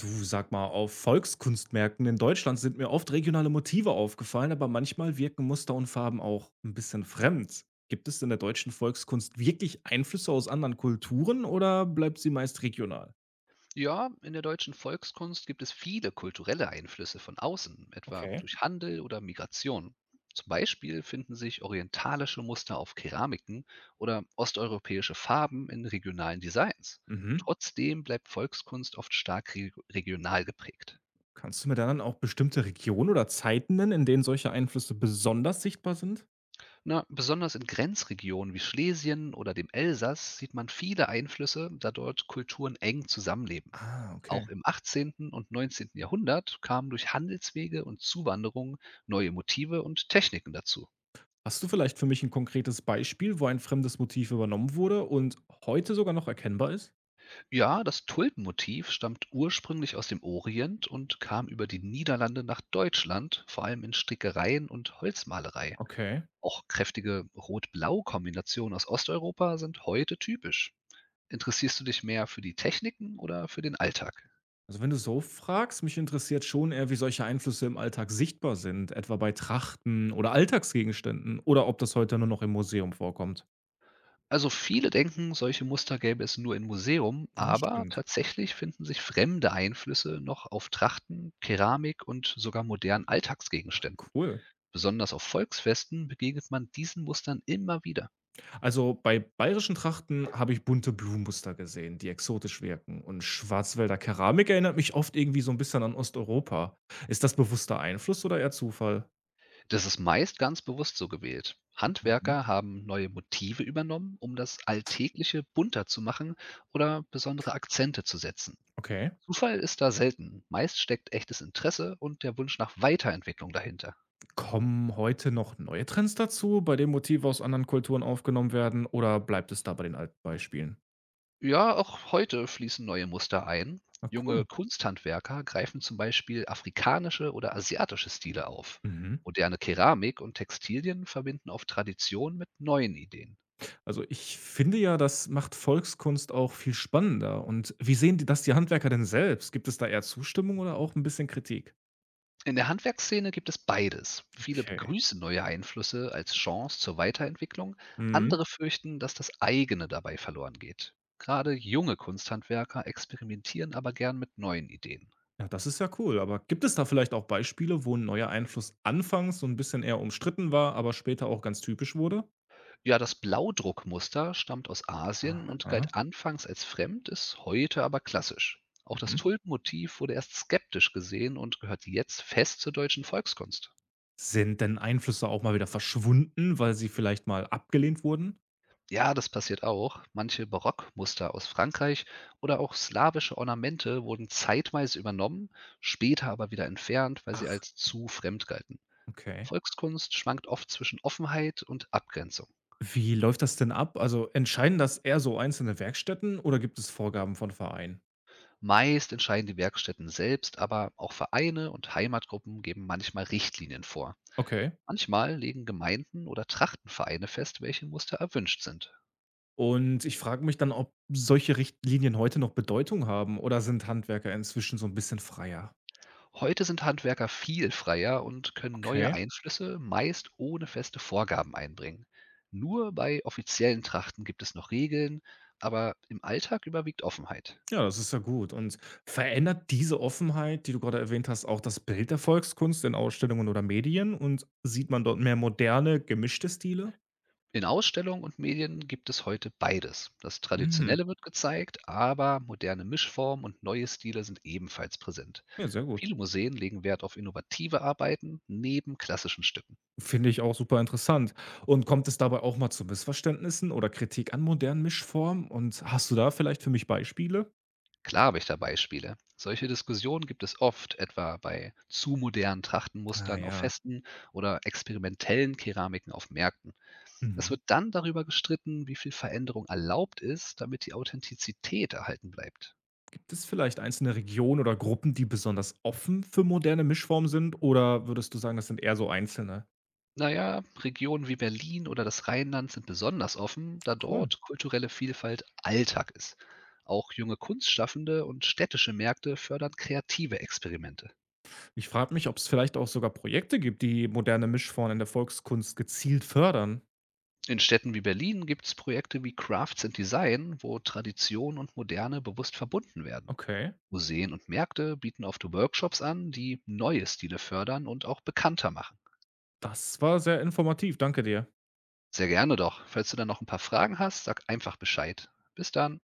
Du, sag mal, auf Volkskunstmärkten in Deutschland sind mir oft regionale Motive aufgefallen, aber manchmal wirken Muster und Farben auch ein bisschen fremd. Gibt es in der deutschen Volkskunst wirklich Einflüsse aus anderen Kulturen oder bleibt sie meist regional? Ja, in der deutschen Volkskunst gibt es viele kulturelle Einflüsse von außen, etwa Okay. durch Handel oder Migration. Zum Beispiel finden sich orientalische Muster auf Keramiken oder osteuropäische Farben in regionalen Designs. Mhm. Trotzdem bleibt Volkskunst oft stark regional geprägt. Kannst du mir dann auch bestimmte Regionen oder Zeiten nennen, in denen solche Einflüsse besonders sichtbar sind? Na, besonders in Grenzregionen wie Schlesien oder dem Elsass sieht man viele Einflüsse, da dort Kulturen eng zusammenleben. Ah, Auch okay. im 18. und 19. Jahrhundert kamen durch Handelswege und Zuwanderung neue Motive und Techniken dazu. Hast du vielleicht für mich ein konkretes Beispiel, wo ein fremdes Motiv übernommen wurde und heute sogar noch erkennbar ist? Ja, das Tulpenmotiv stammt ursprünglich aus dem Orient und kam über die Niederlande nach Deutschland, vor allem in Strickereien und Holzmalerei. Okay. Auch kräftige Rot-Blau-Kombinationen aus Osteuropa sind heute typisch. Interessierst du dich mehr für die Techniken oder für den Alltag? Also wenn du so fragst, mich interessiert schon eher, wie solche Einflüsse im Alltag sichtbar sind, etwa bei Trachten oder Alltagsgegenständen oder ob das heute nur noch im Museum vorkommt. Also viele denken, solche Muster gäbe es nur in Museum, Ja, aber stimmt. tatsächlich finden sich fremde Einflüsse noch auf Trachten, Keramik und sogar modernen Alltagsgegenständen. Cool. Besonders auf Volksfesten begegnet man diesen Mustern immer wieder. Also bei bayerischen Trachten habe ich bunte Blumenmuster gesehen, die exotisch wirken. Und Schwarzwälder Keramik erinnert mich oft irgendwie so ein bisschen an Osteuropa. Ist das bewusster Einfluss oder eher Zufall? Das ist meist ganz bewusst so gewählt. Mhm. Handwerker haben neue Motive übernommen, um das Alltägliche bunter zu machen oder besondere Akzente zu setzen. Okay. Zufall ist da selten. Meist steckt echtes Interesse und der Wunsch nach Weiterentwicklung dahinter. Kommen heute noch neue Trends dazu, bei denen Motive aus anderen Kulturen aufgenommen werden oder bleibt es da bei den alten Beispielen? Ja, auch heute fließen neue Muster ein. Na cool. Junge Kunsthandwerker greifen zum Beispiel afrikanische oder asiatische Stile auf. Mhm. Moderne Keramik und Textilien verbinden oft Tradition mit neuen Ideen. Also ich finde ja, das macht Volkskunst auch viel spannender. Und wie sehen die Handwerker denn selbst? Gibt es da eher Zustimmung oder auch ein bisschen Kritik? In der Handwerksszene gibt es beides. Viele Okay. begrüßen neue Einflüsse als Chance zur Weiterentwicklung, Mhm. andere fürchten, dass das eigene dabei verloren geht. Gerade junge Kunsthandwerker experimentieren aber gern mit neuen Ideen. Ja, das ist ja cool. Aber gibt es da vielleicht auch Beispiele, wo ein neuer Einfluss anfangs so ein bisschen eher umstritten war, aber später auch ganz typisch wurde? Ja, das Blaudruckmuster stammt aus Asien und Aha. galt anfangs als fremd, ist heute aber klassisch. Auch das Mhm. Tulpenmotiv wurde erst skeptisch gesehen und gehört jetzt fest zur deutschen Volkskunst. Sind denn Einflüsse auch mal wieder verschwunden, weil sie vielleicht mal abgelehnt wurden? Ja, das passiert auch. Manche Barockmuster aus Frankreich oder auch slawische Ornamente wurden zeitweise übernommen, später aber wieder entfernt, weil sie Ach. als zu fremd galten. Okay. Volkskunst schwankt oft zwischen Offenheit und Abgrenzung. Wie läuft das denn ab? Also entscheiden das eher so einzelne Werkstätten oder gibt es Vorgaben von Vereinen? Meist entscheiden die Werkstätten selbst, aber auch Vereine und Heimatgruppen geben manchmal Richtlinien vor. Okay. Manchmal legen Gemeinden oder Trachtenvereine fest, welche Muster erwünscht sind. Und ich frage mich dann, ob solche Richtlinien heute noch Bedeutung haben oder sind Handwerker inzwischen so ein bisschen freier? Heute sind Handwerker viel freier und können neue Okay. Einflüsse meist ohne feste Vorgaben einbringen. Nur bei offiziellen Trachten gibt es noch Regeln, aber im Alltag überwiegt Offenheit. Ja, das ist ja gut. Und verändert diese Offenheit, die du gerade erwähnt hast, auch das Bild der Volkskunst in Ausstellungen oder Medien und sieht man dort mehr moderne, gemischte Stile? In Ausstellungen und Medien gibt es heute beides. Das Mhm. Traditionelle wird gezeigt, aber moderne Mischformen und neue Stile sind ebenfalls präsent. Ja, sehr gut. Viele Museen legen Wert auf innovative Arbeiten neben klassischen Stücken. Finde ich auch super interessant. Und kommt es dabei auch mal zu Missverständnissen oder Kritik an modernen Mischformen? Und hast du da vielleicht für mich Beispiele? Klar habe ich da Beispiele. Solche Diskussionen gibt es oft, etwa bei zu modernen Ah Trachtenmustern auf ja. Festen oder experimentellen Keramiken auf Märkten. Es Mhm. wird dann darüber gestritten, wie viel Veränderung erlaubt ist, damit die Authentizität erhalten bleibt. Gibt es vielleicht einzelne Regionen oder Gruppen, die besonders offen für moderne Mischformen sind? Oder würdest du sagen, das sind eher so Einzelne? Na ja, Regionen wie Berlin oder das Rheinland sind besonders offen, da Cool. dort kulturelle Vielfalt Alltag ist. Auch junge Kunstschaffende und städtische Märkte fördern kreative Experimente. Ich frage mich, ob es vielleicht auch sogar Projekte gibt, die moderne Mischformen in der Volkskunst gezielt fördern. In Städten wie Berlin gibt es Projekte wie Crafts and Design, wo Tradition und Moderne bewusst verbunden werden. Okay. Museen und Märkte bieten oft Workshops an, die neue Stile fördern und auch bekannter machen. Das war sehr informativ. Danke dir. Sehr gerne doch. Falls du dann noch ein paar Fragen hast, sag einfach Bescheid. Bis dann.